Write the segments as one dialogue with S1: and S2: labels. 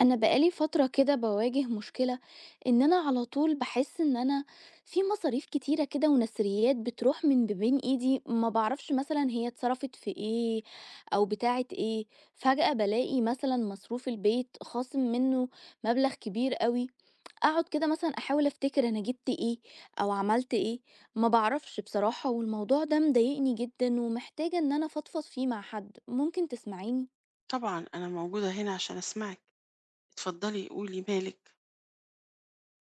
S1: انا بقالي فترة كده بواجه مشكلة ان انا على طول بحس ان انا في مصاريف كتيرة كده ونسريات بتروح من بين ايدي، ما بعرفش مثلا هي اتصرفت في ايه او بتاعت ايه. فجأة بلاقي مثلا مصروف البيت خاصم منه مبلغ كبير قوي، اقعد كده مثلا احاول افتكر انا جبت ايه او عملت ايه، ما بعرفش بصراحة. والموضوع ده مضايقني جدا ومحتاجة ان انا فضفض فيه مع حد ممكن تسمعيني.
S2: طبعًا أنا موجودة هنا عشان أسمعِك، اتفضلي قولي مالِك.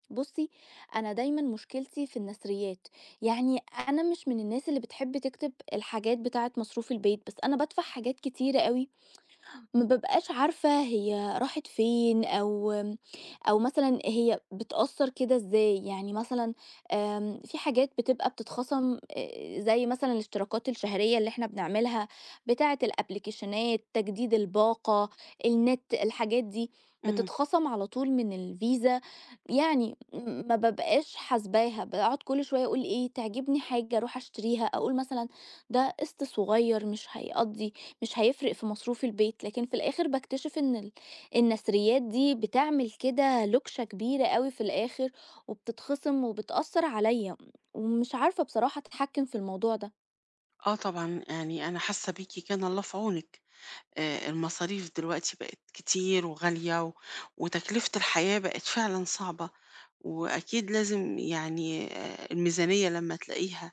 S1: بصي، انا دايما مشكلتي في النثريات، يعني انا مش من الناس اللي بتحب تكتب الحاجات بتاعه مصروف البيت، بس انا بدفع حاجات كتيره قوي، ما بابقاش عارفة هي راحت فين أو مثلًا هي بتأثّر كده إزاي، يعني مثلًا في حاجات بتبقى بتتخصم زي مثلًا الاشتراكات الشهرية اللي إحنا بنعملها بتاعة الأبليكيشنات، تجديد الباقة، النت، الحاجات دي
S2: إمم،
S1: بتتخصم على طول من الفيزا، يعني ما بابقاش حاسباها، باقعد كل شوية أقول إيه تعجبني حاجة أروح أشتريها، أقول مثلًا ده قسط صغير مش هيقضّي مش هيفرق في مصروف البيت، لكن في الآخر باكتشف إن النثريات دي بتعمل كده لوكشة كبيرة أوي في الآخر وبتتخصم وبتأثّر عليّا، ومش عارفة بصراحة أتحكّم في الموضوع ده.
S2: آه طبعًا، يعني أنا حاسة بيكِ، كان الله في عونِك. المصاريف دلوقتي بقت كتير وغالية، وتكلفة الحياة بقت فعلًا صعبة، وأكيد لازم يعني الميزانية لمّا تلاقيها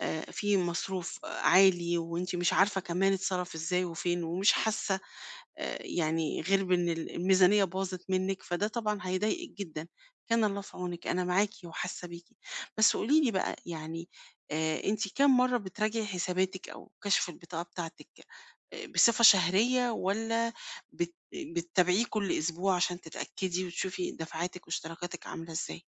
S2: في مصروف عالي وأنتِ مش عارفة كمان اتصرف إزاي وفين ومش حاسة يعني غير بإن الميزانية باظت منِّك، فده طبعًا هيضايقِك جدًا. كان الله في عونِك، أنا معاكِ وحاسة بيكِ. بس قولي لي بقى يعني، أنتِ كام مرّة بتراجعي حساباتِك أو كشف البطاقة بتاعتِك؟ بصفة شهرية، والّا بت بتتابعيه كل أسبوع عشان تتأكدي وتشوفي دفعاتِك واشتراكاتِك عاملة إزاي؟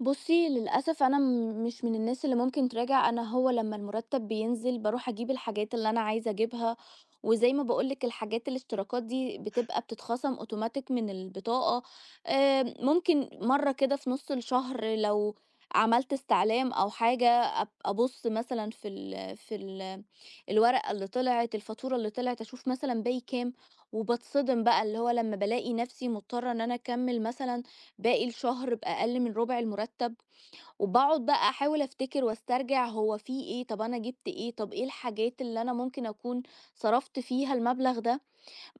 S1: بُصّي، للأسف أنا مش من الناس اللي ممكن تراجع، أنا هو لمّا المُرتّب بينزل باروح أجيب الحاجات اللي أنا عايزة أجيبها، وزي ما باقول لِك الحاجات الاشتراكات دي بتبقى بتتخصم automatic من البطاقة. ممكن مرّة كده في نُص الشهر لو عملت استعلام أو حاجة أبُص مثلًا في ال في ال الورقة اللي طلعت، الفاتورة اللي طلعت، أشوف مثلًا باقي كام، وباتصدم بقى اللي هو لمّا بالاقي نَفْسي مضطرة إن أنا أكمّل مثلًا باقي الشهر بأقل من ربع المرتب، وباقعد بقى أحاول أفتكر واسترجع هو في إيه، طب أنا جِبت إيه، طب إيه الحاجات اللي أنا ممكن أكون صرفت فيها المبلغ ده.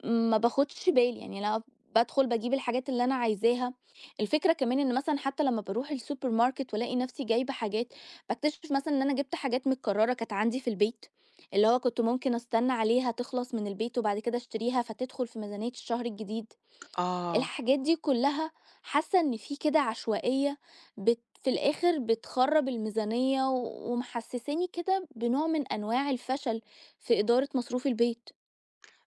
S1: ما باخدش بالي، يعني أنا بادخل باجيب الحاجات اللي أنا عايزاها. الفكرة كمان إن مثلًا حتى لمّا باروح السوبر ماركت والاقي نفسي جايبة حاجات، باكتشف مثلًا إن أنا جِبت حاجات متكررة كانت عندي في البيت، اللي هو كنت ممكن أستنى عليها تخلص من البيت وبعد كده أشتريها فتدخل في ميزانية الشهر الجديد.
S2: آه.
S1: الحاجات دي كلها حاسة إن في كده عشوائية في الآخر بتخرب الميزانية ومحسساني كده بنوع من أنواع الفشل في إدارة مصروف البيت.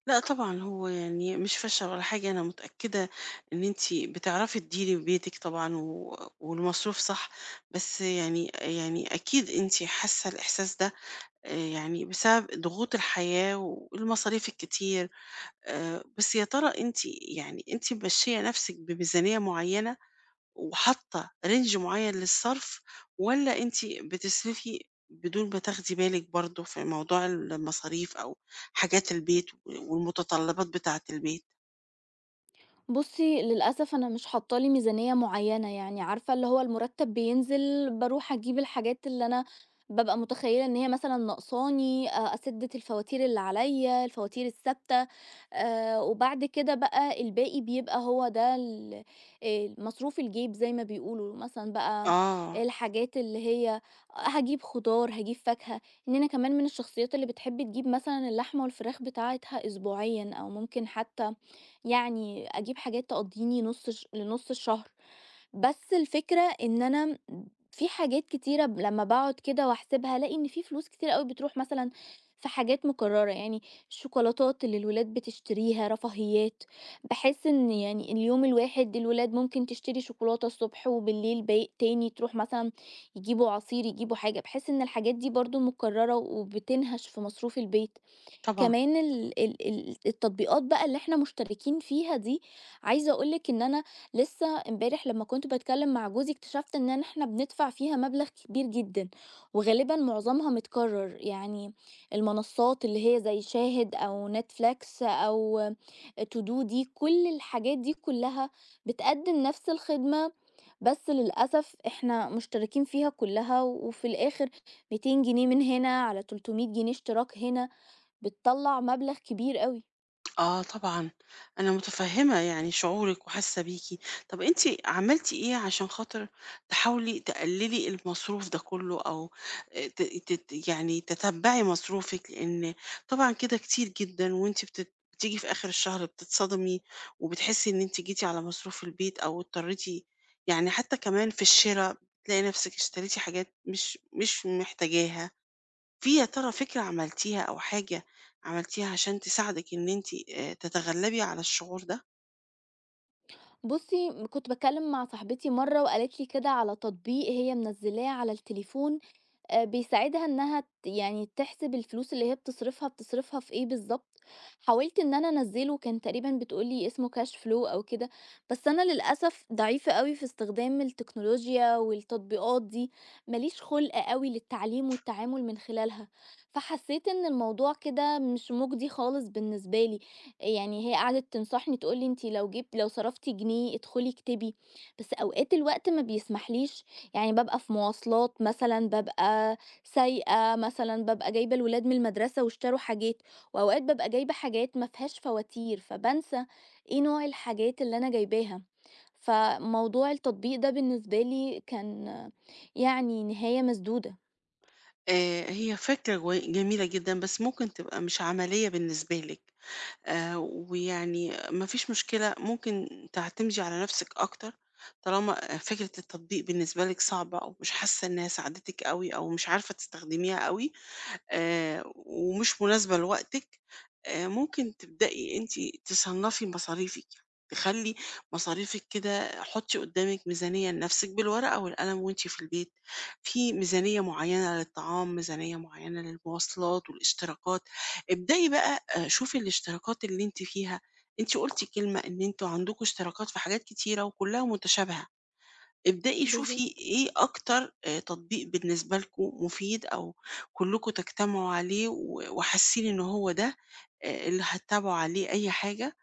S2: لأ طبعًا، هو يعني مش فاشلة ولا حاجة، أنا متأكدة إن أنتِ بتعرفي تديري بيتِك طبعًا، والمصروف صح. بس يعني أكيد أنتِ حاسة الإحساس ده يعني بسبب ضغوط الحياة والمصاريف الكتير. بس يا ترى أنتِ، يعني أنتِ ممشية نفسِك بميزانية معينة؟ وحاطة رينج معين للصرف؟ والّا أنتِ بتصرفي بدون ما تاخدي بالِك برضه في موضوع المصاريف أو حاجات البيت والمتطلبات بتاعة البيت؟
S1: بُصّي، للأسف أنا مش حاطة لي ميزانية معيّنة، يعني عارفة اللي هو المُرتّب بينزل باروح أجيب الحاجات اللي أنا بابقى متخيّلة إن هي مثلًا ناقصاني، أسِدّ الفواتير اللي عليّا، الفواتير الثابتة، وبعد كده بقى الباقي بيبقى هو ده ال مصروف الجيب زي ما بيقولوا، مثلًا بقى
S2: آه،
S1: الحاجات اللي هي هاجيب خضار، هاجيب فاكهة. إن أنا كمان من الشخصيات اللي بتحب تجيب مثلًا اللحمة والفراخ بتاعتها أسبوعيًا أو ممكن حتى يعني أجيب حاجات تقضّيني نُص ش لنُص الشهر. بس الفكرة إن أنا في حاجات كتيرة لمّا باقعد كده وأحسبها، ألاقي إن في فلوس كتيرة أوي بتروح مثلًا في حاجات مكرّرة، يعني الشوكولاتات اللي الولاد بتشتريها، رفاهيات، باحس إن يعني اليوم الواحد الولاد ممكن تشتري شوكولاتة الصبح وبالليل تاني تروح مثلًا يجيبوا عصير، يجيبوا حاجة، باحس إن الحاجات دي برضه مكرّرة وبتنهش في مصروف البيت.
S2: طبعًا.
S1: كمان ال ال ال التطبيقات بقى اللي إحنا مشتركين فيها دي، عايزة أقول لِك إن أنا لسه امبارح لمّا كنت باتكلّم مع جوزي اكتشفت إن إحنا بندفع فيها مبلغ كبير جدًا، وغالبًا معظمها متكرر، يعني المنصات اللي هي زي شاهد أو Netflix أو todo دي كل الحاجات دي كلّها بتقدّم نفس الخدمة، بس للأسف إحنا مشتركين فيها كلّها وفي الآخر 200 جنيه من هنا على 300 جنيه اشتراك هنا. بتطلّع مبلغ كبير أوي.
S2: آه طبعًا، أنا متفهّمة يعني شعورِك وحاسة بيكِ. طَب أنتِ عملتِ إيه عشان خاطر تحاولي تقللي المصروف ده كلّه، أو ت تت يعني تتبّعي مصروفِك؟ لإن طبعًا كده كتير جدًا، وأنتِ بتيجي في آخر الشهر بتتصدمي وبتحسّي إن أنتِ جيتِ على مصروف البيت، أو اضطريتِ يعني حتى كمان في الشِرا، بتلاقي نَفْسِك اشتريتِ حاجات مش محتاجاها. في يا ترى فكرة عملتيها أو حاجة عملتيها عشان تساعدِك إن أنتِ تتغلبي على الشعور ده؟
S1: بُصّي، كنت باتكلّم مع صاحبتي مرّة وقالت لي كده على تطبيق هي منزّلاه على التليفون، بيساعدها إنها يعني تحسب الفلوس اللي هي بتصرفها، بتصرفها في إيه بالضبط. حاولت إن أنا أنزّله، كان تقريبًا بتقول لي اسمه cash flow أو كده، بس أنا للأسف ضعيفة أوي في استخدام التكنولوجيا والتطبيقات دي، ما ليش خُلق أوي للتعليم والتعامل من خلالها. فحسّيت إن الموضوع كده مش مُجدي خالص بالنسبة لي. يعني هي قعدت تنصحني تقول لي: "أنتِ لو جبتِ لو صرفتِ جنيه ادخلي اكتبي." بس أوقات الوقت ما بيسمحليش، يعني بابقى في مواصلات مثلًا، بابقى سايقة مثلًا، بابقى جايبة الولاد من المدرسة واشتروا حاجات، وأوقات بابقى جايبة حاجات ما فيهاش فواتير، فبانسى إيه نوع الحاجات اللي أنا جايباها. فموضوع التطبيق ده بالنسبة لي كان يعني نهاية مسدودة.
S2: هي فكرة جميلة جدًا، بس ممكن تبقى مش عملية بالنسبة لِك. ويعني ما فيش مشكلة، ممكن تعتمدي على نَفْسِك أكتر، طالما فكرة التطبيق بالنسبة لِك صعبة، أو مش حاسة إنها ساعدتِك أوي، أو مش عارفة تستخدميها أوي، ومش مناسبة لوقتِك. ممكن تبدئي أنتِ تصنّفي مصاريفِك، يعني تخلّي مصاريفِك كده، حُطّي قدّامِك ميزانية لنفسِك بالورقة والقلم وأنتِ في البيت، في ميزانية معيّنة للطعام، ميزانية معيّنة للمواصلات والاشتراكات. ابدئي بقى شوفي الاشتراكات اللي أنتِ فيها. أنتِ قُلتِ كلمة إن أنتم عندكم اشتراكات في حاجات كتيرة وكلّها متشابهة. ابدئي شوفي
S1: بالضبط.
S2: إيه أكتر تطبيق بالنسبة لكم مفيد، أو كلكم تجتمعوا عليه وحاسين إن هو ده اللي هتتابعوا عليه أي حاجة،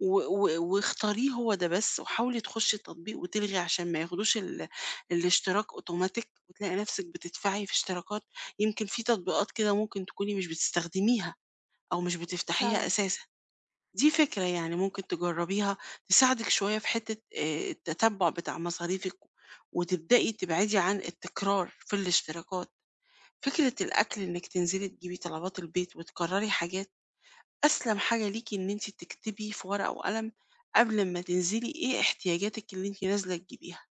S2: و و واختاريه هو ده بس، وحاولي تخشي التطبيق وتلغي عشان ما ياخدوش الاشتراك automatic، وتلاقي نفسِك بتدفعي في اشتراكات، يمكن في تطبيقات كده ممكن تكوني مش بتستخدميها، أو مش بتفتحيها
S1: فعلًا،
S2: أساسًا. دي فكرة يعني ممكن تجربيها تساعدك شوية في حتة التتبع بتاع مصاريفك، وتبدأي تبعدي عن التكرار في الاشتراكات. فكرة الأكل إنك تنزلي تجيبي طلبات البيت وتكرري حاجات، أسلم حاجة ليكي إن انتي تكتبي في ورقة وقلم قبل ما تنزلي إيه احتياجاتك اللي انتي نازلة تجيبيها،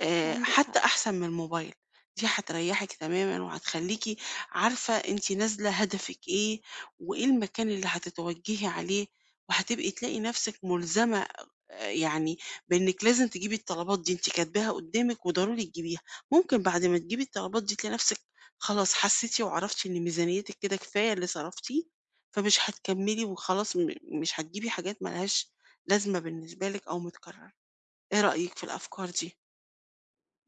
S1: عندك
S2: حتى
S1: حق.
S2: أحسن من الموبايل. دي هتريحِك تمامًا، وهتخلّيكِ عارفة أنتِ نازلة هدفِك إيه، وإيه المكان اللي هتتوجهي عليه، وهتبقي تلاقي نفسِك ملزمة يعني بإنِك لازم تجيبي الطلبات دي، أنتِ كاتباها قدامِك وضروري تجيبيها. ممكن بعد ما تجيبي الطلبات دي تلاقي نفسِك خلاص حسيتِ وعرفتِ إن ميزانيتِك كده كفاية اللي صرفتيه، فمش هتكمّلي وخلاص، مش هتجيبي حاجات ما لهاش لازمة بالنسبة لِك أو متكررة. إيه رأيِك في الأفكار دي؟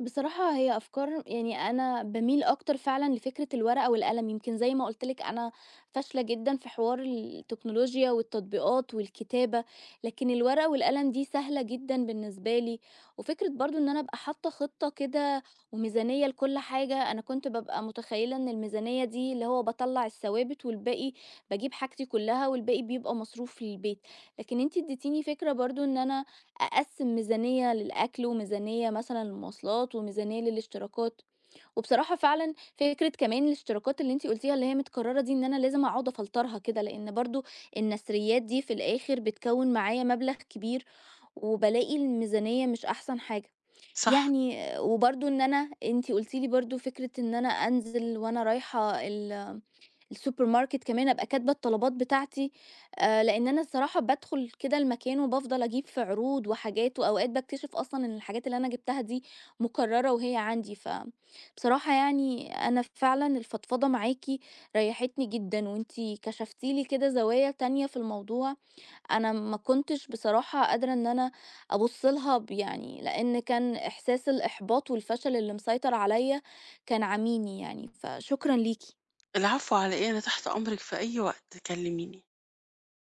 S1: بصراحة هي أفكار يعني أنا باميل أكتر فعلًا لفكرة الورقة والقلم، يمكن زي ما قُلت لِك أنا فاشلة جدًا في حوار التكنولوجيا والتطبيقات والكتابة، لكن الورقة والقلم دي سهلة جدًا بالنسبة لي، وفكرة برضه إن أنا أبقى حاطة خطة كده وميزانية لكل حاجة، أنا كنت بابقى متخيلة إن الميزانية دي اللي هو باطلّع الثوابت والباقي باجيب حاجتي كلها والباقي بيبقى مصروف للبيت، لكن أنتِ اديتيني فكرة برضه إن أنا أقسّم ميزانية للأكل، وميزانية مثلًا للمواصلات، وميزانية للاشتراكات، وبصراحة فعلًا فكرة كمان الاشتراكات اللي أنتِ قُلتيها اللي هي متكررة دي، إن أنا لازم أقعد أفلترها كده، لإن برضه النثريات دي في الآخر بتكوّن معايا مبلغ كبير، وبالاقي الميزانية مش أحسن حاجة.
S2: صح؟
S1: يعني وبرضه إن أنا أنتِ قُلتِ لي برضه فكرة إن أنا أنزل وأنا رايحة السوبر ماركت كمان أبقى كاتبة الطلبات بتاعتي، لإن أنا الصراحة بادخل كده المكان وبافضل أجيب في عروض وحاجات، وأوقات باكتشف أصلًا إن الحاجات اللي أنا جبتها دي مكررة وهي عندي، بصراحة يعني أنا فعلًا الفضفضة معاكِ ريحتني جدًا، وأنتِ كشفتِ لي كده زوايا تانية في الموضوع، أنا ما كنتش بصراحة قادرة إن أنا أبُص لها يعني لإن كان إحساس الإحباط والفشل اللي مسيطر عليَّ كان عاميني يعني، فشكرًا ليكِ.
S2: العفو على إيه؟ أنا تحت أمرِك في أي وقت، كلميني.